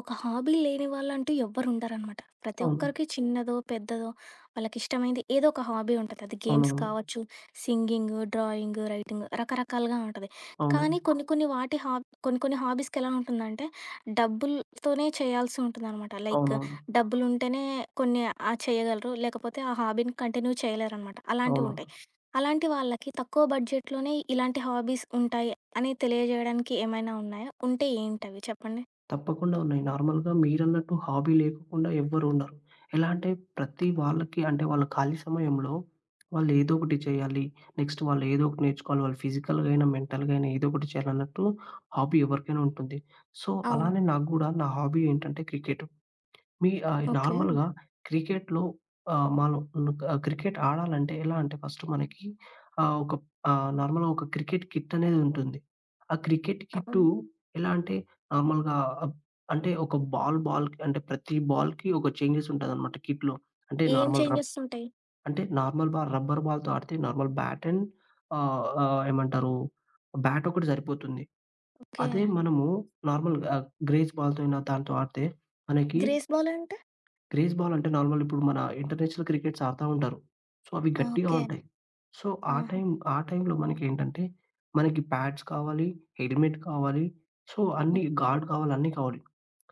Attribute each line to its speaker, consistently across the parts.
Speaker 1: ఒక హాబీ లేని వాళ్ళంటూ ఎవ్వరు ఉండరనమాట. ప్రతి
Speaker 2: అవును.
Speaker 1: ఒక్కరికి చిన్నదో, పెద్దదో వాళ్ళకిష్టమైంది ఏదో ఒక హాబీ ఉంటది. అది గేమ్స్
Speaker 2: అవునవును.
Speaker 1: కావచ్చు, సింగింగు, డ్రాయింగు, రైటింగు రకరకాలుగా ఉంటది.
Speaker 2: అవునవును.
Speaker 1: కానీ కొన్ని కొన్ని వాటి హాబ్ కొన్ని కొన్ని హాబీస్‌కి ఎలా ఉంటుందంటే డబ్బులతోనే చేయాల్సి ఉంటుందనమాట. లైక్
Speaker 2: అవునవును.
Speaker 1: డబ్బులుంటేనే కొన్ని చేయగలరు. లేకపోతే ఆ హాబీని కంటిన్యూ చేయలేరనమాట. అలాంటివుంటాయి.
Speaker 2: అవునవును.
Speaker 1: అలాంటి వాళ్ళకి తక్కువ బడ్జెట్‌లోనే ఇలాంటి హాబీస్ ఉంటాయి అని తెలియజేయడానికి ఏమైనా ఉన్నాయా? ఉంటే ఏంటవి చెప్పండి?
Speaker 2: తప్పకుండా ఉన్నాయి. నార్మల్‌గా మీరన్నట్టు హాబీ లేకుండా ఎవ్వరు ఉండరు. ఎలా అంటే ప్రతి వాళ్ళకి అంటే వాళ్ళ ఖాళీ సమయంలో వాళ్ళు ఏదో ఒకటి చేయాలి. నెక్స్ట్ వాళ్ళు ఏదో ఒకటి నేర్చుకోవాలి. వాళ్ళు ఫిజికల్‌గా అయినా, మెంటల్‌గా అయినా ఏదో ఒకటి చేయాలన్నట్టు హాబీ ఎవరికైనా ఉంటుంది. సో,
Speaker 1: అవును.
Speaker 2: అలానే నాకు గూడా నా హాబీ ఏంటంటే క్రికెట్. మీ
Speaker 1: ఓకే.
Speaker 2: నార్మల్‌గా క్రికెట్‌లో మనం క్రికెట్ ఆడాలంటే ఎలా అంటే ఫస్ట్ మనకి ఒక నార్మల్‌గా ఒక క్రికెట్ కిట్ అనేది ఉంటుంది. ఆ క్రికెట్ కిట్టు
Speaker 1: అవును.
Speaker 2: ఎలా అంటే నార్మల్‌గా అబ్ అంటే ఒక బాల్‌కి అంటే ప్రతి బాల్‌కి ఒక చేంజెస్ ఉంటదనమాట కిట్‌లో. అంటే
Speaker 1: ఏం
Speaker 2: నార్మల్ రబ్
Speaker 1: చేంజెస్ ఉంటాయి?
Speaker 2: అంటే నార్మల్ బాల్ రబ్బర్ బాల్‌తో ఆడితే నార్మల్ బ్యాట్ అండ్ ఆహ్, ఆహ్, ఏమంటారు బ్యాట్ ఒకటి సరిపోతుంది.
Speaker 1: ఓకే.
Speaker 2: అదే మనము నార్మల్‌గా గ్రేస్ బాల్‌తో అయినా దాంతో ఆడితే మనకి
Speaker 1: గ్రేస్ బౌల్ అంటే?
Speaker 2: క్రేజ్ బాల్ అంటే నార్మల్ ఇప్పుడు మన ఇంటర్నేషనల్ క్రికెట్స్ ఆడుతా ఉంటారు. సో, అవి
Speaker 1: ఆ!
Speaker 2: గట్టిగా
Speaker 1: ఓకే.
Speaker 2: ఉంటాయి. సో, ఆ
Speaker 1: ఆహా!
Speaker 2: టైం ఆ టైంలో మనకేంటంటే, మనకి ప్యాడ్స్ కావాలి, హెల్మెట్ కావాలి, సో, అన్నీ
Speaker 1: ఓకే.
Speaker 2: గార్డ్ కావాలి, అన్నీ కావాలి.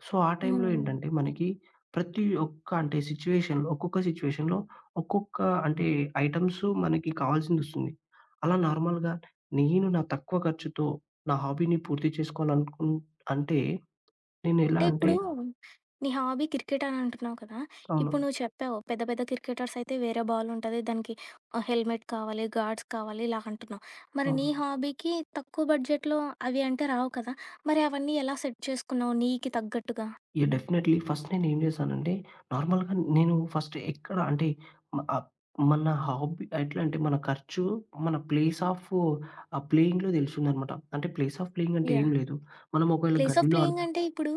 Speaker 2: సో, ఆ
Speaker 1: హ్మ్.
Speaker 2: టైంలో
Speaker 1: హ్మ్.
Speaker 2: ఏంటంటే, మనకి ప్రతి ఒక్క అంటే సిట్యుయేషన్‌లో ఒక్కొక్క సిట్యుయేషన్‌లో ఒక్కొక్క అంటే ఐటెమ్స్ మనకి కావాల్సిందొస్తుంది. అలా నార్మల్‌గా నేను నా తక్కువ ఖర్చుతో నా హాబీని పూర్తి చేసుకోవాలనుకున్ అంటే నేనెలా
Speaker 1: అంటే
Speaker 2: అంటే
Speaker 1: ఇప్పుడు నీ హాబీ క్రికెట్ అని అంటున్నావు కదా! ఇప్పుడు
Speaker 2: అవును.
Speaker 1: నువ్వు చెప్పావు, పెద్ద పెద్ద క్రికెటర్స్ అయితే వేరే బాల్ ఉంటది. దానికి హెల్మెట్ కావాలి, గార్డ్స్ కావాలి ఇలా అంటున్నావు. మరి నీ
Speaker 2: అవును.
Speaker 1: హాబీకి తక్కువ బడ్జెట్‌లో అవి అంటే రావు కదా! మరి అవన్నీ ఎలా సెట్ చేసుకున్నావు నీకి తగ్గట్టుగా?
Speaker 2: యాహ్! డెఫినైట్‌లీ. ఫస్ట్ నేనేం చేశానంటే, నార్మల్‌గా నేను ఫస్ట్ ఎక్కడ అంటే, మ ఆహ్, మన హాబీ ఎట్లా అంటే, మన ఖర్చు, మన ప్లేస్ ఆఫ్ ప్లేయింగ్‌లో తెలిసిందనమాట. అంటే ప్లేస్ ఆఫ్ ప్లేయింగ్ అంటే ఏం
Speaker 1: యాహ్!
Speaker 2: లేదు. మనం ఒకవేళ
Speaker 1: ప్లేస్ ఆఫ్
Speaker 2: గడ్డిలో ఆడు
Speaker 1: ప్లేయింగ్ అంటే ఇప్పుడు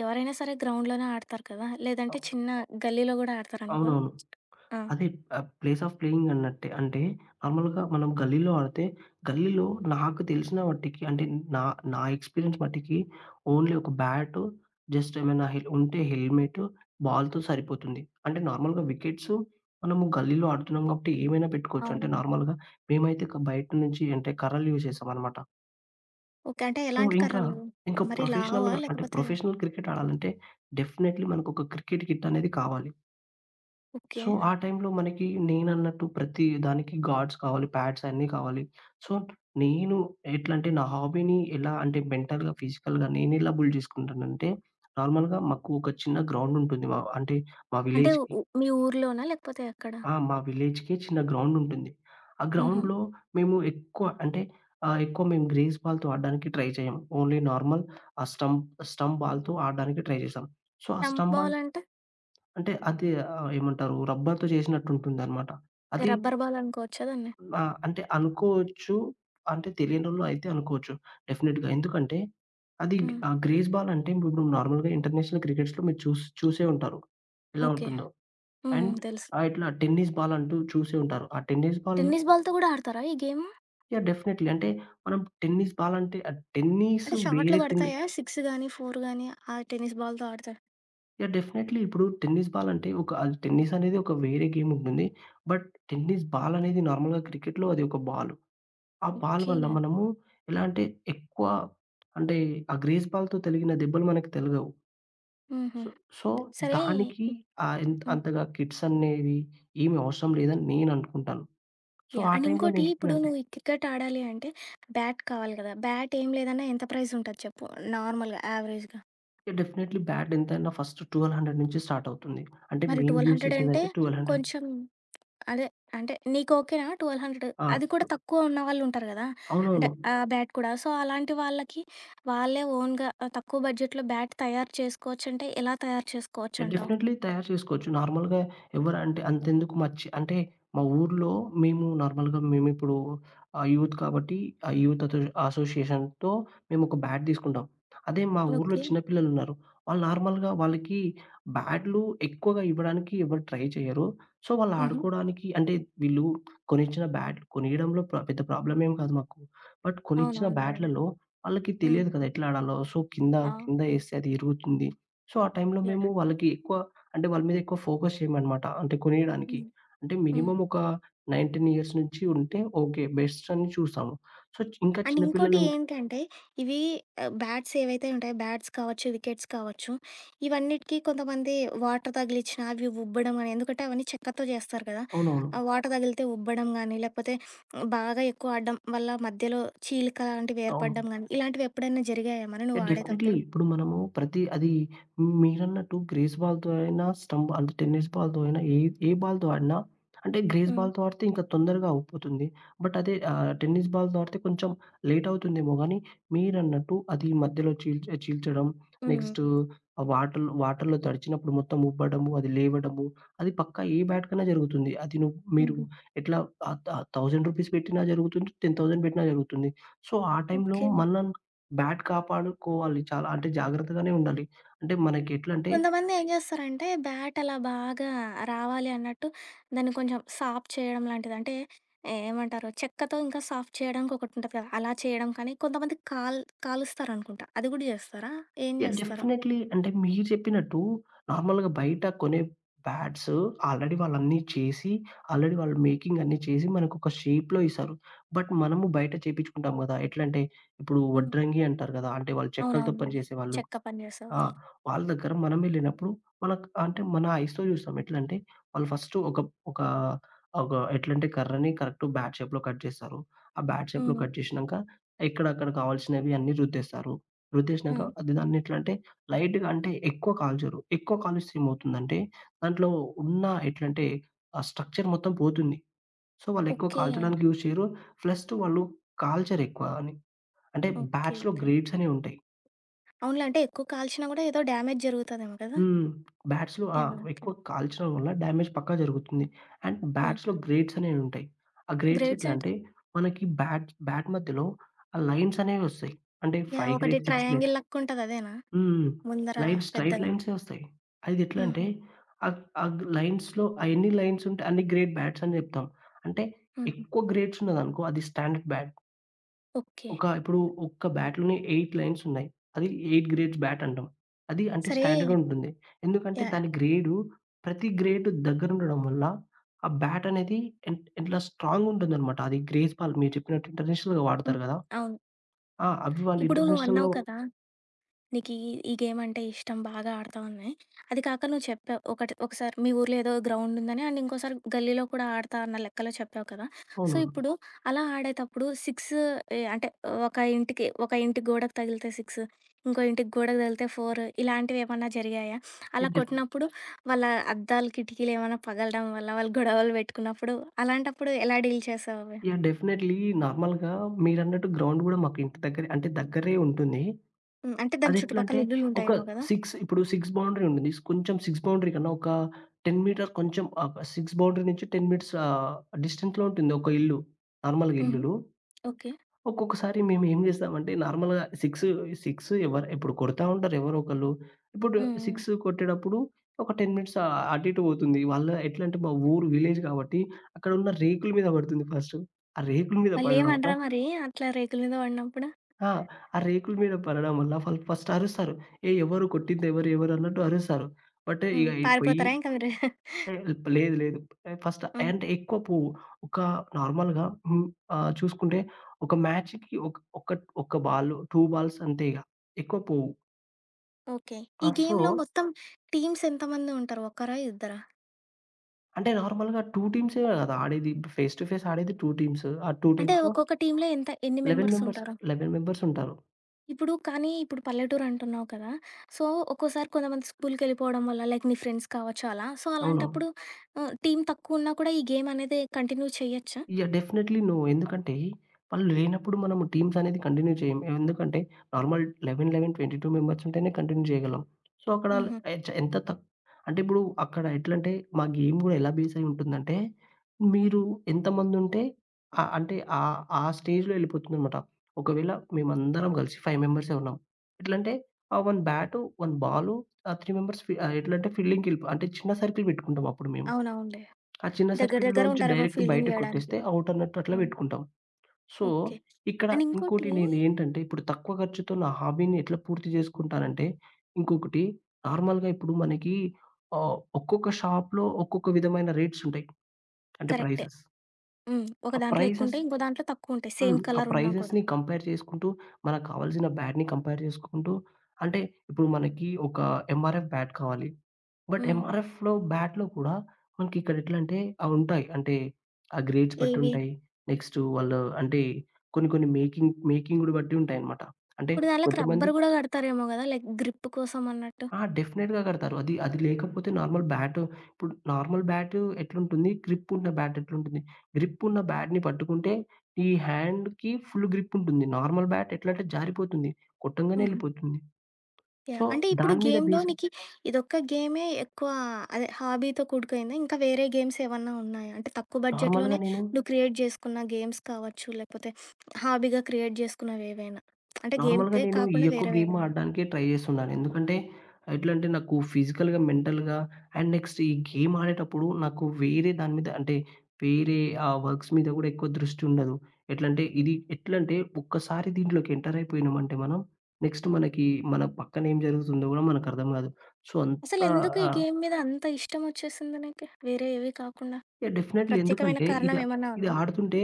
Speaker 1: ఎవరైనా సరే గ్రౌండ్‌లోనే ఆడతారు కదా! లేదంటే చిన్న గల్లీలో గూడా ఆడతారనుకో.
Speaker 2: అవునవును.
Speaker 1: ఆ!
Speaker 2: అదే ప్లేస్ ఆఫ్ ప్లేయింగ్ అన్నట్టే. అంటే నార్మల్‌గా మనం గల్లీలో ఆడితే, గల్లీలో నాకు తెలిసిన మట్టికి అంటే నా నా ఎక్స్‌పీరియన్స్ మట్టికి ఓన్లీ ఒక బ్యాటు, జస్ట్ ఏమైనా హెల్ ఉంటే హెల్మెటు, బాల్‌తో సరిపోతుంది. అంటే నార్మల్‌గా వికెట్సు మనము గల్లీలో ఆడుతున్నాం కాబట్టి ఏమైనా పెట్టుకోవచ్చు. అంటే
Speaker 1: అవును.
Speaker 2: నార్మల్‌గా మేమైతే క బయట నుంచి అంటే కర్రలు యూజ్ చేస్తామనమాట.
Speaker 1: ఓకే. అంటే
Speaker 2: సో,
Speaker 1: ఎలాంటి
Speaker 2: ఇంకా
Speaker 1: కర్రలు?
Speaker 2: ఇంకా
Speaker 1: మరి లావా?
Speaker 2: ప్రొఫెషనల్‌గా అంటే
Speaker 1: లేకపోతే
Speaker 2: ప్రొఫెషనల్ క్రికెట్ ఆడాలంటే డెఫినైట్‌లీ మనకొక క్రికెట్ కిట్ అనేది కావాలి.
Speaker 1: ఓకే.
Speaker 2: సో, ఆ టైంలో మనకి నేనన్నట్టు ప్రతి దానికి గార్డ్స్ కావాలి, ప్యాడ్స్ అన్నీ కావాలి. సో, నేను ఎట్లంటే నా హాబీని ఎలా అంటే మెంటల్‌గా, ఫిజికల్‌గా నేనెలా బిల్డ్ చేసుకుంటానంటే నార్మల్‌గా మాకు ఒక చిన్న గ్రౌండ్ ఉంటుంది. మా అంటే మా
Speaker 1: అంటే
Speaker 2: విలేజ్‌కి
Speaker 1: మీ ఊర్లోనా? లేకపోతే ఎక్కడ?
Speaker 2: ఆ! మా విలేజ్‌కి చిన్న గ్రౌండ్ ఉంటుంది. ఆ
Speaker 1: హుహు.
Speaker 2: గ్రౌండ్‌లో మేము ఎక్కువ అంటే ఎక్కువ మేము గ్రీస్ బాల్‌తో ఆడడానికి ట్రై చేయము. ఓన్లీ నార్మల్ ఆ స్టంప్ స్టంప్ బాల్‌తో ఆడడానికి ట్రై చేసాం. సో, ఆ
Speaker 1: స్టంప్
Speaker 2: స్టంప్ బాల్
Speaker 1: బాల్ అంటే?
Speaker 2: అంటే అది ఏమంటారు రబ్బర్‌తో చేసినట్టు ఉంటుందన్నమాట. అది
Speaker 1: రబ్బర్ బాల్ అనుకోవచ్చా దాన్ని?
Speaker 2: ఆ! అంటే అనుకోవచ్చు. అంటే తెలియనోళ్ళు అయితే అనుకోవచ్చు. డెఫినిట్‌గా. ఎందుకంటే అది
Speaker 1: హ్మ్.
Speaker 2: గ్రేస్ బాల్ అంటే ఇప్పుడు నార్మల్‌గా ఇంటర్నేషనల్ క్రికెట్స్‌లో మీరు చూసి చూసే ఉంటారు. ఎలా
Speaker 1: ఓకే.
Speaker 2: ఉంటుందో.
Speaker 1: హ్మ్.
Speaker 2: అండ్
Speaker 1: తెలుసు.
Speaker 2: ఇట్లా టెన్నిస్ బాల్ అంటూ చూసే ఉంటారు. ఆ టెన్నిస్ బాల్
Speaker 1: టెన్నిస్ బాల్‌తో గూడా ఆడతారా ఈ గేమ్?
Speaker 2: యాహ్! డెఫినైట్‌లీ. అంటే మనం టెన్నిస్ బాల్ అంటే టెన్నిస్
Speaker 1: అంటే షాట్లు
Speaker 2: వేరే టెన్ని
Speaker 1: పడతాయా? 6 గాని, 4 గాని ఆ టెన్నిస్ బాల్‌తో ఆడతారు.
Speaker 2: యాహ్! డెఫినైట్‌లీ. ఇప్పుడు టెన్నిస్ బాల్ అంటే ఒక అది టెన్నిస్ అనేది ఒక వేరే గేమ్ ఉంటుంది. బట్ టెన్నిస్ బాల్ అనేది నార్మల్‌గా క్రికెట్‌లో అది ఒక బాల్. ఆ పాలు
Speaker 1: ఓకే.
Speaker 2: వల్ల మనము ఎలా అంటే ఎక్కువ అంటే ఆ గ్రేస్ పాలతో తగిలిన దెబ్బలు మనకు తలగవు.
Speaker 1: హుహు.
Speaker 2: సో సో,
Speaker 1: సరే.
Speaker 2: దానికి
Speaker 1: ఇప్
Speaker 2: ఎంత్
Speaker 1: హ్మ్.
Speaker 2: అంతగా కిట్స్ అనేవి ఏమి అవసరం లేదని నేను అనుకుంటాను. So,
Speaker 1: yeah!
Speaker 2: ఆ
Speaker 1: అండ్
Speaker 2: టైంలో
Speaker 1: ఇంకోటి, ఇప్పుడు
Speaker 2: నేనెట్లంటే
Speaker 1: నువ్వు ఈ క్రికెట్ ఆడాలి అంటే బ్యాట్ కావాలి గదా! బ్యాట్ ఏం లేదన్నా ఎంత ప్రైజ్ ఉంటది చెప్పు, నార్మల్‌గా యావరేజ్‌గా?
Speaker 2: డెఫినైట్‌లీ బ్యాట్ ఎంతైనా ఫస్ట్ 1200 నుంచి స్టార్ట్ అవుతుంది. అంటే
Speaker 1: మరి
Speaker 2: మేము యూజ్
Speaker 1: 1,200 అంటే
Speaker 2: చేసేదైతే 1200
Speaker 1: కొంచెం అదే, అంటే నీకు ఓకేనా 1,200?
Speaker 2: ఆ!
Speaker 1: అది కూడా
Speaker 2: టు
Speaker 1: తక్కువ ఉన్నవాళ్ళు ఉంటారు కదా! అంటే
Speaker 2: అవునవును.
Speaker 1: ఆ బ్యాట్ కూడా. సో, అలాంటి వాళ్ళకి వాళ్ళే ఓన్‌గా తక్కువ బడ్జెట్‌లో బ్యాట్ తయారు చేసుకోవచ్చంటే ఎలా తయారు చేసుకోవచ్చంటావు?
Speaker 2: డెఫినైట్‌లీ తయారు చేసుకోవచ్చు. నార్మల్‌గా ఎవరంటే అంతెందుకు మర్చి అంటే మా ఊర్లో మేము నార్మల్‌గా మేమిప్పుడు యూత్ కాబట్టి ఆ యూత్ అతో అసోసియేషన్‌తో మేమొక బ్యాట్ తీసుకుంటాం. అదే మా ఊర్లో
Speaker 1: ఓకే.
Speaker 2: చిన్న పిల్లలున్నారు. వాళ్ళు నార్మల్‌గా వాళ్ళకి బ్యాట్‌లు ఎక్కువగా ఇవ్వడానికి ఎవరు ట్రై చేయరు. సో, వాళ్ళు
Speaker 1: హుహు.
Speaker 2: ఆడుకోవడానికి అంటే వీళ్ళు కొనిచ్చిన బ్యాట్ కొనియడంలో ప్ర పెద్ద ప్రాబ్లమ్ ఏం కాదు మాకు. బట్ కొనిచ్చిన
Speaker 1: అవునవునులెండి.
Speaker 2: బ్యాట్‌లలో వాళ్ళకి
Speaker 1: హ్మ్.
Speaker 2: తెలియదు కదా! ఎట్లా ఆడాలో. సో, కింద
Speaker 1: ఆ!
Speaker 2: కింద ఏస్తే అది ఇరుగుతుంది. సో, ఆ టైంలో
Speaker 1: యాహ్!
Speaker 2: మేము వాళ్ళకి ఎక్కువ అంటే వాళ్ళ మీద ఎక్కువ ఫోకస్ చేయమనమాట. అంటే కొనేయడానికి.
Speaker 1: హ్మ్.
Speaker 2: అంటే
Speaker 1: హ్మ్.
Speaker 2: మినిమమ్ ఒక 19 ఇయర్స్ నుంచి ఉంటే ఓకే. బెస్ట్ అని చూస్తాము. సో, ఇంకా
Speaker 1: అండ్
Speaker 2: చిన్న
Speaker 1: ఇంకోటి
Speaker 2: పిల్లలు ఉంట్
Speaker 1: ఏంటంటే, ఇవి బ్యాట్స్ ఏవైతే ఉంటాయో, బ్యాట్స్ కావచ్చు, వికెట్స్ కావచ్చు, ఇవన్నిటికి కొంతమంది వాటర్ తగిలిచ్చినా అవి ఉబ్బడం గాని, ఎందుకంటే అవన్నీ చెక్కతో చేస్తారు కదా!
Speaker 2: అవునవును.
Speaker 1: ఆ వాటర్ తగిలితే ఉబ్బడం గాని, లేకపోతే బాగా ఎక్కువ ఆడడం వల్ల మధ్యలో చీలిక లాంటివి
Speaker 2: అవును.
Speaker 1: ఏర్పడడం గాని, ఇలాంటివి ఎప్పుడైనా జరిగాయా మరి నువ్వు
Speaker 2: యాహ్! డెఫినైట్‌లీ.
Speaker 1: ఆడేతప్పుడు?
Speaker 2: ఇప్పుడు మనము ప్రతి అది మీరన్నట్టు గ్రేస్ బాల్‌తో అయినా, స్టంప్ అంటే టెన్నిస్ బాల్‌తో అయినా, ఏ ఏ బాల్‌తో ఆడినా అంటే గ్రేస్
Speaker 1: హ్మ్.
Speaker 2: బాల్‌తో ఆడితే ఇంకా తొందరగా అవుపోతుంది. బట్ అదే టెన్నిస్ బాల్‌తో ఆడితే కొంచెం లేట్ అవుతుందేమో గానీ, మీరన్నట్టు అది మధ్యలో చీల్చడం,
Speaker 1: హ్మ్.
Speaker 2: నెక్స్ట్ ఆ వాటర్‌లో తడిచినప్పుడు మొత్తం ఉబ్బడము, అది లేవడము, అది పక్కా ఏ బ్యాట్‌కైనా జరుగుతుంది. అది మీరు
Speaker 1: హుహు.
Speaker 2: ఎట్లా ఆహ్, థౌ రూ. 1000 పెట్టినా జరుగుతుంది, 10,000 పెట్టినా జరుగుతుంది. సో, ఆ టైంలో
Speaker 1: ఓకే.
Speaker 2: మన బ్యాట్ కాపాడుకోవాలి చాలా. అంటే జాగ్రత్తగానే ఉండాలి. అంటే మనకెట్లంటే
Speaker 1: కొంతమంది ఏం జేస్తారంటే, బ్యాట్ అలా బాగా రావాలి అన్నట్టు దాన్ని కొంచెం సాఫ్ట్ చేయడం లాంటిది. అంటే ఏమంటారు, చెక్కతో ఇంకా సాఫ్ట్ చేయడానికి ఒకటుంటది కదా! అలా చేయడం కానీ, కొంతమంది కాలుస్తారనుకుంటా. అది గూడా జేస్తారా? ఏం
Speaker 2: యాహ్!
Speaker 1: జేస్తారు?
Speaker 2: డెఫినైట్‌లీ అంటే మీరు చెప్పినట్టు నార్మల్‌గా బయట కొనే బ్యాట్స్ ఆల్రెడీ వాళ్ళన్నీ చేసి, ఆల్రెడీ వాళ్ళు మేకింగ్ అన్నీ చేసి మనకొక షేప్‌లో ఇస్తారు. బట్ మనము బయట చేపించుకుంటాం గదా! ఎట్లంటే ఇప్పుడు
Speaker 1: హ్మ్.
Speaker 2: వడ్రంగి అంటారు గదా! అంటే వాళ్ళు చెక్కలతో
Speaker 1: అవునవును.
Speaker 2: పని చేసేవాళ్ళు.
Speaker 1: చెక్క పని
Speaker 2: ఆ!
Speaker 1: జేసేవాళ్ళు.
Speaker 2: వాళ్ళ దగ్గర మనం వెళ్ళినప్పుడు మనకు అంటే మన ఐస్‌తో చూస్తాం. ఎట్లంటే వాళ్ళు ఫస్ట్ ఒక ఒక ఒక ఎట్లంటే కర్రని కరెక్ట్ బ్యాట్ షేప్‌లో కట్ చేస్తారు. ఆ బ్యాట్ షేప్‌లో
Speaker 1: హ్మ్.
Speaker 2: కట్ చేసినంక ఎక్కడక్కడ కావాల్సినవి అన్నీ రుద్దేస్తారు. రుద్దేసినంక
Speaker 1: హ్మ్.
Speaker 2: అది దాన్ని ఎట్లంటే లైట్‌గా అంటే ఎక్కువ కాల్చరు. ఎక్కువ కాలుస్తే ఏమవుతుందంటే దాంట్లో ఉన్న ఎట్లంటే ఆ స్ట్రక్చర్ మొత్తం పోతుంది. సో, వాళ్ళు ఎక్కువ
Speaker 1: ఓకే.
Speaker 2: కాల్చడానికి యూజ్ చేయరు. ప్లస్ వాళ్ళు కాల్చరు ఎక్కువ అని. అంటే
Speaker 1: ఓకే.
Speaker 2: బ్యాట్స్‌లో
Speaker 1: ఓకే.
Speaker 2: గ్రేడ్స్ అనేవి ఉంటాయి.
Speaker 1: అవునులే. అంటే ఎక్కువ కాల్చినా గూడా ఏదో డ్యామేజ్ జరుగుతదేమో కదా!
Speaker 2: హ్మ్. బ్యాట్స్‌లో ఆ!
Speaker 1: యాహ్! ఓకే.
Speaker 2: ఎక్కువ కాల్చడం వల్ల డ్యామేజ్ పక్కా జరుగుతుంది. And బ్యాట్స్‌లో
Speaker 1: yeah!
Speaker 2: గ్రేడ్స్ అనేవుంటాయి. ఆ గ్రేడ్స్
Speaker 1: గ్రేట్స్
Speaker 2: ఎట్లా
Speaker 1: అంటే?
Speaker 2: అంటే మనకి బ్యాట్ బ్యాట్ మధ్యలో ఆ లైన్స్ అనేవొస్తాయి. అంటే
Speaker 1: యాహ్!
Speaker 2: 5
Speaker 1: ఒకటి
Speaker 2: గ్రేడ్, 6 గ్రేడ్
Speaker 1: ట్రయాంగిల్ లెక్కుంటది అదేనా?
Speaker 2: హ్మ్.
Speaker 1: ముందర
Speaker 2: లైన్స్ స్ట్రెయిట్
Speaker 1: పెద్దగా.
Speaker 2: లైన్సే వస్తాయి. అది ఎట్లా
Speaker 1: హుహు.
Speaker 2: అంటే ఆ లైన్స్‌లో ఎన్ని లైన్స్ ఉంటే అన్ని గ్రేడ్ బ్యాట్స్ అని జెప్తాం. అంటే
Speaker 1: హుహు.
Speaker 2: ఎక్కువ గ్రేడ్స్ ఉన్నదనుకో అది స్టాండర్డ్ బ్యాట్.
Speaker 1: ఓకే.
Speaker 2: ఒక ఇప్పుడు ఒక్క బ్యాట్‌లోనే 8 లైన్స్ ఉన్నాయి. అది 8 గ్రేడ్స్ బ్యాట్ అంటాం. అది అంటే
Speaker 1: సరే.
Speaker 2: స్టాండర్డ్ ఉంటుంది. ఎందుకంటే
Speaker 1: యాహ్!
Speaker 2: దాని గ్రేడు ప్రతి గ్రేడ్ దగ్గర ఉండడం వల్ల ఆ బ్యాట్ అనేది ఎన్ ఎట్లా స్ట్రాంగ్ ఉంటుందన్నమాట. అది గ్రేస్ బాల్ మీరు చెప్పినట్టు ఇంటర్నేషనల్‌గా
Speaker 1: హ్మ్.
Speaker 2: వాడతారు కదా!
Speaker 1: అవును.
Speaker 2: ఆ! అవి వాళ్ళు
Speaker 1: ఇప్పుడు నువ్వన్నావు
Speaker 2: ఇంటర్నేషనల్‌గా
Speaker 1: కదా, నీకీ ఈ ఈ గేమ్ అంటే ఇష్టం, బాగా ఆడతావని. అది కాక నువ్వు చెప్పావు, ఒకటి ఒకసారి మీ ఊర్లో ఏదో గ్రౌండ్ ఉందని, అండ్ ఇంకోసారి గల్లీలో కూడా ఆడతా అన్న లెక్కలో చెప్పావు కదా! సో,
Speaker 2: అవునవును.
Speaker 1: ఇప్పుడు అలా ఆడేటప్పుడు 6, అంటే ఒక ఇంటికి, ఒక ఇంటి గోడకు తగిలితే 6, ఇంకో ఇంటికి గోడకు తగిలితే 4, ఇలాంటివేమన్నా జరిగాయా? అలా
Speaker 2: యాహ్! డెఫ్
Speaker 1: కొట్టినప్పుడు వాళ్ళ అద్దాలు, కిటికీలేమన్నా పగలడం వల్ల వాళ్ళు గొడవలు పెట్టుకున్నప్పుడు అలాంటప్పుడు ఎలా డీల్ చేసావు అవి?
Speaker 2: యాహ్! డెఫినైట్‌లీ నార్మల్‌గా మీరన్నట్టు గ్రౌండ్ కూడా మాకు ఇంటి దగ్గరే అంటే దగ్గరే ఉంటుంది.
Speaker 1: హ్మ్. అంటే దాని
Speaker 2: అదెట్లంటే,
Speaker 1: చుట్టుపక్కల
Speaker 2: ఒక
Speaker 1: ఇల్లులుంటాయేమో కదా!
Speaker 2: 6 ఇప్పుడు 6 బౌండరీ ఉంటుంది. కొంచెం 6 బౌండరీ కన్నా ఒక 10 మీటర్ కొంచెం 6 బౌండరీ నుంచి 10 మీటర్స్ డిస్టెన్స్‌లో ఉంటుంది ఒక ఇల్లు. నార్మల్‌గా
Speaker 1: హుహు.
Speaker 2: ఇల్లులు.
Speaker 1: ఓకే.
Speaker 2: ఒక్కొక్కసారి మేము ఏం చేస్తామంటే నార్మల్‌గా 6, 6 ఎవరు ఇప్పుడు కొడతా ఉంటారు ఎవరో ఒకళ్ళు. ఇప్పుడు
Speaker 1: హ్మ్. హ్మ్.
Speaker 2: 6 కొట్టేటప్పుడు ఒక 10 మినిట్స్ అటు ఇటు పోతుంది. వాళ్ళ ఎట్లంటే మా ఊరు విలేజ్ కాబట్టి అక్కడున్న రేకుల మీద పడుతుంది ఫస్ట్. ఆ రేకుల మీద పడడం వల్ల
Speaker 1: వాళ్ళేమనరా మరి అట్లా రేకుల మీద పడినప్పుడు?
Speaker 2: ఆ! ఆ రేకుల మీద పడడం వల్ల వాళ్ళు ఫస్ట్ అరుస్తారు. "ఏయ్! ఎవరు కొట్టింది ఎవరు? ఎవరు?" అన్నట్టు అరుస్తారు. బట్
Speaker 1: హ్మ్.
Speaker 2: ఇగ ఈ పొయ్యి
Speaker 1: పారిపోతారా ఇంక మీరు?
Speaker 2: "ఏహ్! లేదు లేదు" ఫస్ట్
Speaker 1: హ్మ్.
Speaker 2: అంటే ఎక్కువ పో ఒక నార్మల్‌గా హ్మ్. చూసుకుంటే ఒక మ్యాచ్‌కి ఒక ఒక ఒక బాల్, 2 బాల్స్ అంతే ఇగ. ఎక్కువ పోవు.
Speaker 1: ఓకే. ఈ
Speaker 2: ఆ! సో,
Speaker 1: గేమ్‌లో మొత్తం టీమ్స్ ఎంతమంది ఉంటారు? ఒక్కరా? ఇద్దరా?
Speaker 2: అంటే నార్మల్‌గా 2 టీమ్సే కదా ఆడేది. ఫేస్ టు ఫేస్ ఆడేది 2 టీమ్స్. ఆ 2
Speaker 1: అంటే
Speaker 2: టీమ్స్‌లో
Speaker 1: ఒక్కొక్క టీమ్‌లో ఎన్ని
Speaker 2: 11
Speaker 1: మెంబర్స్
Speaker 2: మెంబర్స్,
Speaker 1: ఉంటారు?
Speaker 2: 11 మెంబర్స్ ఉంటారు.
Speaker 1: ఇప్పుడు కానీ ఇప్పుడు పల్లెటూరు అంటున్నావు కదా! సో, ఒక్కోసారి కొంతమంది స్కూలుకెళ్ళిపోవడం వల్ల, లైక్ నీ ఫ్రెండ్స్ కావచ్చు అలా. సో,
Speaker 2: అవును.
Speaker 1: అలాంటప్పుడు టీమ్ తక్కువున్నా కూడా ఈ గేమ్ అనేది కంటిన్యూ చేయొచ్చా?
Speaker 2: యాహ్! Definitely no. ఎందుకంటే, వాళ్ళు లేనప్పుడు మనము టీమ్స్ అనేది కంటిన్యూ చేయం. ఎందుకంటే, నార్మల్ 11, 11, 22 మెంబర్స్ ఉంటేనే కంటిన్యూ చేయగలం. సో, అక్కడ
Speaker 1: హుహు.
Speaker 2: ఎచ్ ఎంత తక్ అంటే ఇప్పుడు అక్కడ ఎట్లంటే, మా గేమ్ గూడా ఎలా బేస్ అయి ఉంటుందంటే, మీరు ఎంతమందుంటే అంటే ఆ స్టేజ్‌లో ఎళ్ళిపోతుందనమాట. ఒకవేళ మేమందరం కలిసి 5 మెంబర్సే ఉన్నాం. ఎట్లంటే, ఆ 1 బ్యాటు, 1 బాలు, ఆ 3 మెంబర్స్ ఫి ఎట్లంటే ఫీల్డింగ్‌కెళ్ళిపో అంటే చిన్న సర్కిల్ పెట్టుకుంటాం అప్పుడు మేము.
Speaker 1: అవునవునులే.
Speaker 2: ఆ చిన్న
Speaker 1: దగ్గర దగ్గర
Speaker 2: సర్కిల్‌లోంచి
Speaker 1: ఉంటారేమో
Speaker 2: డైరెక్ట్
Speaker 1: ఫీల్డింగ్
Speaker 2: బయటకి
Speaker 1: చేయడానికి.
Speaker 2: కొట్టేస్తే ఔట్ అన్నట్టు అట్లా
Speaker 1: హ్మ్.
Speaker 2: పెట్టుకుంటాం. So,
Speaker 1: okay.
Speaker 2: ఇక్కడ
Speaker 1: అండ్ ఇంకోటి.
Speaker 2: ఇంకోటి నేనేంటంటే ఇప్పుడు తక్కువ ఖర్చుతో నా హాబీని ఎట్లా పూర్తి చేసుకుంటానంటే, ఇంకొకటి నార్మల్‌గా ఇప్పుడు మనకి ఒక్కొక్క షాప్‌లో ఒక్కొక్క విధమైన రేట్స్ ఉంటాయి. అంటే
Speaker 1: కరెక్టే.
Speaker 2: ప్రైసెస్.
Speaker 1: హ్మ్. ఒక
Speaker 2: ఆ
Speaker 1: దాంట్లో
Speaker 2: ప్రైసెస్
Speaker 1: ఎక్కువుంటాయి. ఇంకో దాంట్లో తక్కువుంటాయి.
Speaker 2: హ్మ్.
Speaker 1: సేమ్
Speaker 2: ఆ
Speaker 1: కలర్ ఉన్నా కూడా.
Speaker 2: ప్రైజెస్‌ని కంపేర్ చేసుకుంటూ, మనకు కావాల్సిన బ్యాట్‌ని కంపేర్ చేసుకుంటూ, అంటే ఇప్పుడు మనకి ఒక ఎంఆర్ఎఫ్ బ్యాట్ కావాలి. బట్
Speaker 1: హ్మ్.
Speaker 2: ఎంఆర్ఎఫ్‌లో బ్యాట్‌లో కూడా మనకి ఇక్కడ ఎట్లంటే అవి ఉంటాయి. అంటే ఆ గ్రేడ్స్ బట్టి
Speaker 1: ఏవి?
Speaker 2: ఉంటాయి. నెక్స్ట్ వాళ్ళు అంటే కొన్ని కొన్ని మేకింగ్‌ని బట్టి ఉంటాయన్నమాట. అంటే
Speaker 1: కొన్ని దాంట్లోకి
Speaker 2: కొంతమంది
Speaker 1: రబ్బర్ గూడా కడతారేమో గదా! లైక్ గ్రిప్ కోసం అన్నట్టు.
Speaker 2: ఆ! డెఫినెట్‌గా కడతారు. అది అది లేకపోతే నార్మల్ బ్యాటు ఇప్పుడు నార్మల్ బ్యాటు ఎట్లుంటుంది? గ్రిప్ ఉన్న బ్యాట్ ఎట్లుంటుంది? గ్రిప్ ఉన్న బ్యాట్‌ని పట్టుకుంటే ఈ హ్యాండ్‌కి ఫుల్ గ్రిప్ ఉంటుంది. నార్మల్ బ్యాట్ ఎట్లంటే జారిపోతుంది. కొట్టంగానే
Speaker 1: హుహు.
Speaker 2: ఎళ్ళిపోతుంది.
Speaker 1: యాహ్!
Speaker 2: సో,
Speaker 1: అంటే ఇప్పుడు
Speaker 2: దాని మీద
Speaker 1: గేమ్‌లో
Speaker 2: బేస్
Speaker 1: నీకి ఇదొక్క గేమే ఎక్కువ, అదే హాబీతో కూడుకైందా? ఇంకా వేరే గేమ్స్ ఏమన్నా ఉన్నాయా? అంటే తక్కువ బడ్జెట్‌లోనే
Speaker 2: నార్మల్‌గా నేను
Speaker 1: నువ్వు క్రియేట్ జేసుకున్న గేమ్స్ కావచ్చు, లేకపోతే హాబీగా క్రియేట్ జేసుకున్నవేవైనా? అంటే
Speaker 2: నార్మల్‌గా
Speaker 1: గేమ్‌కే
Speaker 2: నేను ఈ
Speaker 1: కాకుండా
Speaker 2: యొక్క గేమ్
Speaker 1: వేరేవేవైనా?
Speaker 2: ఆడడానికే ట్రై చేస్తున్నాను. ఎందుకంటే, ఎట్లంటే నాకు ఫిజికల్‌గా, మెంటల్‌గా అండ్ నెక్స్ట్ ఈ గేమ్ ఆడేటప్పుడు నాకు వేరే దాని మీద అంటే, వేరే ఆ వర్క్స్ మీద కూడా ఎక్కువ దృష్టి ఉండదు. ఎట్లంటే
Speaker 1: హ్మ్.
Speaker 2: ఇది ఎట్లంటే ఒక్కసారి దీంట్లోకి ఎంటర్ అయిపోయినామంటే మనం, నెక్స్ట్ మనకి మన పక్కన ఏం జరుగుతుందో కూడా మనకు అర్థం కాదు. సో, అంత
Speaker 1: అసలెందుకు ఈ
Speaker 2: ఆ!
Speaker 1: గేమ్ మీద అంత ఇష్టమొచ్చేసింది నీకు? వేరే ఏవి కాకుండా?
Speaker 2: యాహ్! డెఫినైట్‌లీ.
Speaker 1: ప్రత్యేకమైన
Speaker 2: ఎందుకంటే ఇది
Speaker 1: కారణం ఏమన్నా
Speaker 2: ఇది
Speaker 1: ఉందా?
Speaker 2: ఆడుతుంటే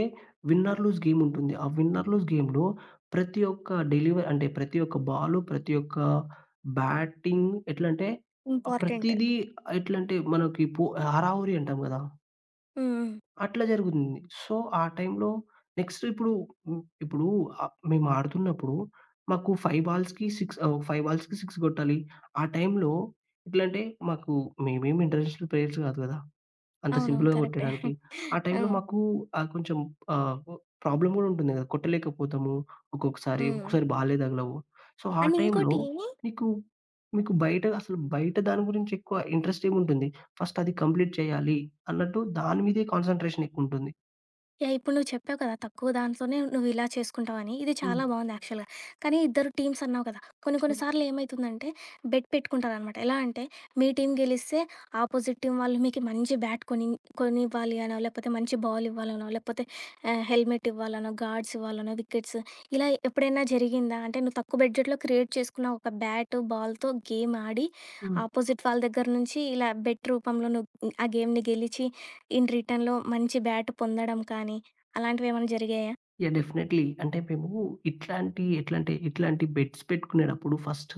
Speaker 2: విన్నర్ లూజ్ గేమ్ ఉంటుంది. ఆ విన్నర్ లూజ్ గేమ్‌లో ప్రతి ఒక్క డెలివ అంటే ప్రతి ఒక్క బాలు, ప్రతి ఒక్క బ్యాటింగ్ ఎట్లంటే
Speaker 1: ఇంపార్టెంట్.
Speaker 2: ప్రతీదీ ఎట్లంటే మనకి పో హరాహురి అంటాం గదా!
Speaker 1: హ్మ్. హ్మ్.
Speaker 2: అట్లా జరుగుతుంది. సో, ఆ టైంలో నెక్స్ట్ ఇప్పుడు హ్మ్, ఇప్పుడు మేము ఆడుతున్నప్పుడు మాకు 5 బాల్స్‌కి 6 గొట్టాలి. ఆ టైంలో ఎట్లంటే మాకు మేమేమి ఇంటర్నేషనల్ ప్లేయర్స్ గాదు గదా! అంత
Speaker 1: అవునవును.
Speaker 2: సింపుల్‌గా
Speaker 1: కరెక్టే.
Speaker 2: కొట్టేయడానికి. ఆ టైంలో
Speaker 1: హ్మ్.
Speaker 2: మాకు కొంచెం ఆహ్, ప్రాబ్లమ్ గూడా ఉంటుంది గదా! కొట్టలేకపోతాము. ఒక్కొక్కసారి,
Speaker 1: హ్మ్.
Speaker 2: ఒక్కొక్కసారి బాలే తగలవు. సో, ఆ
Speaker 1: అండ్
Speaker 2: టైంలో
Speaker 1: ఇంకోటి.
Speaker 2: నీకు మీకు బయట అసలు బయట దాని గురించి ఎక్కువ ఇంట్రెస్ట్ ఏముంటుంది. ఫస్ట్ అది కంప్లీట్ చేయాలి అన్నట్టు దాని మీదే కాన్సంట్రేషన్ ఎక్కువుంటుంది.
Speaker 1: యాహ్! ఇప్పుడు నువ్వు చెప్పావు కదా! తక్కువ దాంట్లోనే నువ్వు ఇలా చేసుకుంటావని. ఇది
Speaker 2: హ్మ్.
Speaker 1: చాలా బావుంది యాక్చువల్‌గా. కానీ ఇద్దరు టీమ్స్ అన్నావు కదా! కొన్ని కొన్ని
Speaker 2: హ్మ్.
Speaker 1: సార్లు ఏమైతుందంటే బెట్ పెట్టుకుంటారనమాట. ఎలా అంటే మీ టీమ్ గెలిస్తే ఆపోజిట్ టీమ్ వాళ్ళు మీకు మంచి బ్యాట్ కొని కొనివ్వాలి అనో, లేకపోతే మంచి బాల్ ఇవ్వాలనో, లేకపోతే హెల్మెట్ ఇవ్వాలనో, గార్డ్స్ ఇవ్వాలనో, వికెట్స్, ఇలా ఎప్పుడైనా జరిగిందా? అంటే నువ్వు తక్కువ బడ్జెట్‌లో క్రియేట్ చేసుకున్న ఒక బ్యాట్, బాల్‌తో గేమ్ ఆడి
Speaker 2: హ్మ్.
Speaker 1: ఆపోజిట్ వాళ్ళ దగ్గర నుంచి ఇలా బెట్ రూపంలో నువ్వు ఆ గేమ్‌ని గెలిచి ఇన్ రిటర్న్‌లో మంచి బ్యాట్ పొందడం కానీ, అలాంటివేమన్నా జరిగాయా?
Speaker 2: యాహ్! డెఫినైట్‌లీ. అంటే మేము ఇట్లాంటి ఎట్లంటే, ఇట్లాంటి బెట్స్ పెట్టుకునేటప్పుడు ఫస్ట్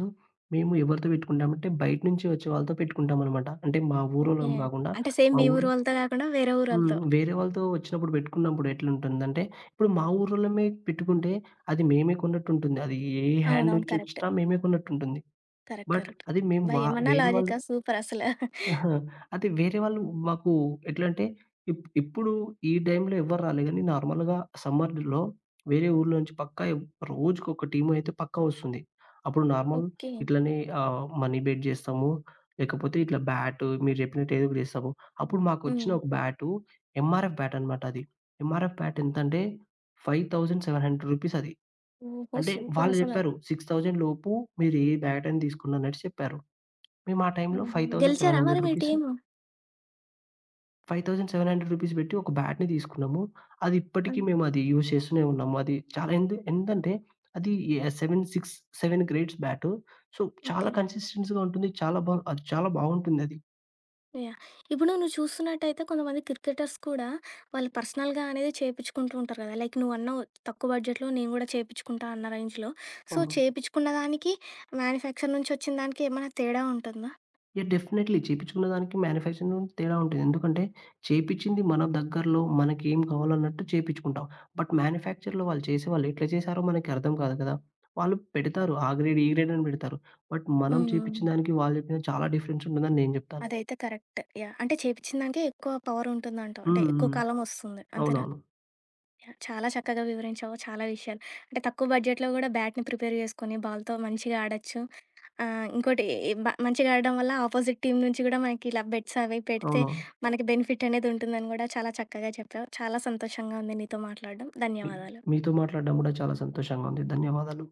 Speaker 2: మేము ఎవరితో పెట్టుకుంటామంటే బయట నుంచి వచ్చే వాళ్ళతో పెట్టుకుంటామనమాట. అంటే మా
Speaker 1: ఓకే.
Speaker 2: ఊరోళ్ళం గాకుండా
Speaker 1: అంటే సేమ్
Speaker 2: మా
Speaker 1: మీ ఊరు
Speaker 2: ఊరు
Speaker 1: వాళ్ళతో గాకుండా వేరే
Speaker 2: హ్మ్.
Speaker 1: ఊరోళ్ళతో.
Speaker 2: వేరే వాళ్ళతో వచ్చినప్పుడు పెట్టుకున్నప్పుడు ఎట్లుంటుందంటే, ఇప్పుడు మా ఊరోళ్ళమే పెట్టుకుంటే, అది మేమే కొన్నట్టుంటుంది. అది ఏ హ్యాండ్
Speaker 1: అవునవును.
Speaker 2: నుంచి
Speaker 1: కరెక్ట్.
Speaker 2: వచ్చినా మేమే కొన్నట్టుంటుంది.
Speaker 1: కరెక్ట్.
Speaker 2: But
Speaker 1: correct.
Speaker 2: అది మేము
Speaker 1: అబ్బా!
Speaker 2: వా
Speaker 1: ఏమన్నా
Speaker 2: వేరే వాళ్ళు
Speaker 1: లాజికా సూపరసల.
Speaker 2: ఆహా! అదే వేరే వాళ్ళు మాకు ఎట్లంటే, ఇప్ ఇప్పుడు ఈ టైంలో ఎవ్వరు రాలే గానీ, నార్మల్‌గా సమ్మర్‌లో వేరే ఊర్ల నుంచి పక్కా ఎవ్ రోజుకొక టీమయితే పక్కా వస్తుంది. అప్పుడు నార్మల్
Speaker 1: ఓకే.
Speaker 2: ఇట్లనే మనీ బెట్ జేస్తాము. లేకపోతే ఇట్లా బ్యాటు మీరు జెప్పినట్టు ఏదో ఒకటి జేస్తాము. అప్పుడు
Speaker 1: హ్మ్.
Speaker 2: మాకొచ్చిన ఒక బ్యాటు ఎంఆర్ఎఫ్ బ్యాటనమాట అది. ఎంఆర్ఎఫ్ బ్యాట్ ఎంతంటే, 5,700 రూపీస్ అది.
Speaker 1: ఓహో!
Speaker 2: అంటే వాళ్ళు
Speaker 1: సూపరసల.
Speaker 2: జెప్పారు 6,000 లోపు మీరు ఏ బ్యాటని తీసుకున్నాననేసి చెప్పారు. మేము ఆ టైంలో
Speaker 1: హుహు. గెలిచారా మరి
Speaker 2: 5,700
Speaker 1: మీ
Speaker 2: రూపీస్
Speaker 1: టీము?
Speaker 2: రూ. 5,700 రూపీస్ పెట్టి ఒక బ్యాట్‌ని తీసుకున్నాము. అది ఇప్పటికి
Speaker 1: హ్మ్.
Speaker 2: మేము అది యూజ్ చేస్తూనే ఉన్నాము. అది చాలా ఎందు ఎంతంటే అది ఎ 7, 6, 7 గ్రేడ్స్ బ్యాటు. సో, చాలా
Speaker 1: ఓకే.
Speaker 2: కన్సిస్టెన్సీ‌గా ఉంటుంది. చాలా బా అది చాలా బాగుంటుందది.
Speaker 1: యాహ్! ఇప్పుడు నువ్వు చూస్తున్నట్టయితే కొంతమంది క్రికెటర్స్ కూడా వాళ్ళు పర్సనల్‌గా అనేది చేపిచ్చుకుంటూ ఉంటారు గదా! లైక్ నువ్వన్నావు, తక్కువ బడ్జెట్‌లో నేను గూడా చేపిచ్చుకుంటా అన్న రేంజ్‌లో. సో,
Speaker 2: అవును.
Speaker 1: చేపిచ్చుకున్న దానికి, మ్యానుఫ్యాక్చర్ నుంచొచ్చిన దానికి ఏమైనా తేడా ఉంటుందా?
Speaker 2: యాహ్! డెఫినైట్‌లీ చేపిచ్చుకున్న దానికి మ్యానుఫ్యాక్చరింగ్ తేడా ఉంటుంది. ఎందుకంటే చేపిచ్చింది మన దగ్గరలో మనకేం కావాలన్నట్టు చేపిచ్చుకుంటాం. బట్ మ్యానుఫ్యాక్చర్‌లో వాళ్ళు చేసేవాళ్ళు ఎట్లా చేశారో మనకి అర్థం కాదు కదా! వాళ్ళు పెడతారు. ఆ గ్రేడ్, ఈ గ్రేడ్ అని పెడతారు. బట్ మనం
Speaker 1: హ్మ్.
Speaker 2: చేపిచ్చిన దానికి వాళ్ళు చెప్పిన చాలా డిఫరెన్స్ ఉంటుందని నేను చెప్తాను.
Speaker 1: అదైతే కరెక్ట్. యాహ్! అంటే చేపిచ్చిన దానికే ఎక్కువ పవర్ ఉంటుందంటావు. అంటే
Speaker 2: హ్మ్.
Speaker 1: ఎక్కువ
Speaker 2: హ్మ్.
Speaker 1: కాలం వస్తుంది. అంతేనా?
Speaker 2: అవునవును.
Speaker 1: యాహ్! చాలా చక్కగా వివరించావు. చాలా విషయాలు, అంటే తక్కువ బడ్జెట్‌లో గూడా బ్యాట్‌ని ప్రిపేర్ చేసుకొని బాల్‌తో మంచిగా ఆడొచ్చు. ఇంకోటి, ఏ- బ మంచిగా ఆడడం వల్ల అపోజిట్ టీమ్ నుంచి గూడా మనకి ఇలా బెట్స్ అవి పెడితే
Speaker 2: అవును.
Speaker 1: మనకి బెనిఫిట్ అనేది ఉంటుందని గూడా చాలా చక్కగా చెప్పావు. చాలా సంతోషంగా ఉంది నీతో మాట్లాడడం.
Speaker 2: మీ
Speaker 1: ధన్యవాదాలు.
Speaker 2: మీతో మాట్లాడడం గూడా చాలా సంతోషంగా ఉంది. ధన్యవాదాలు.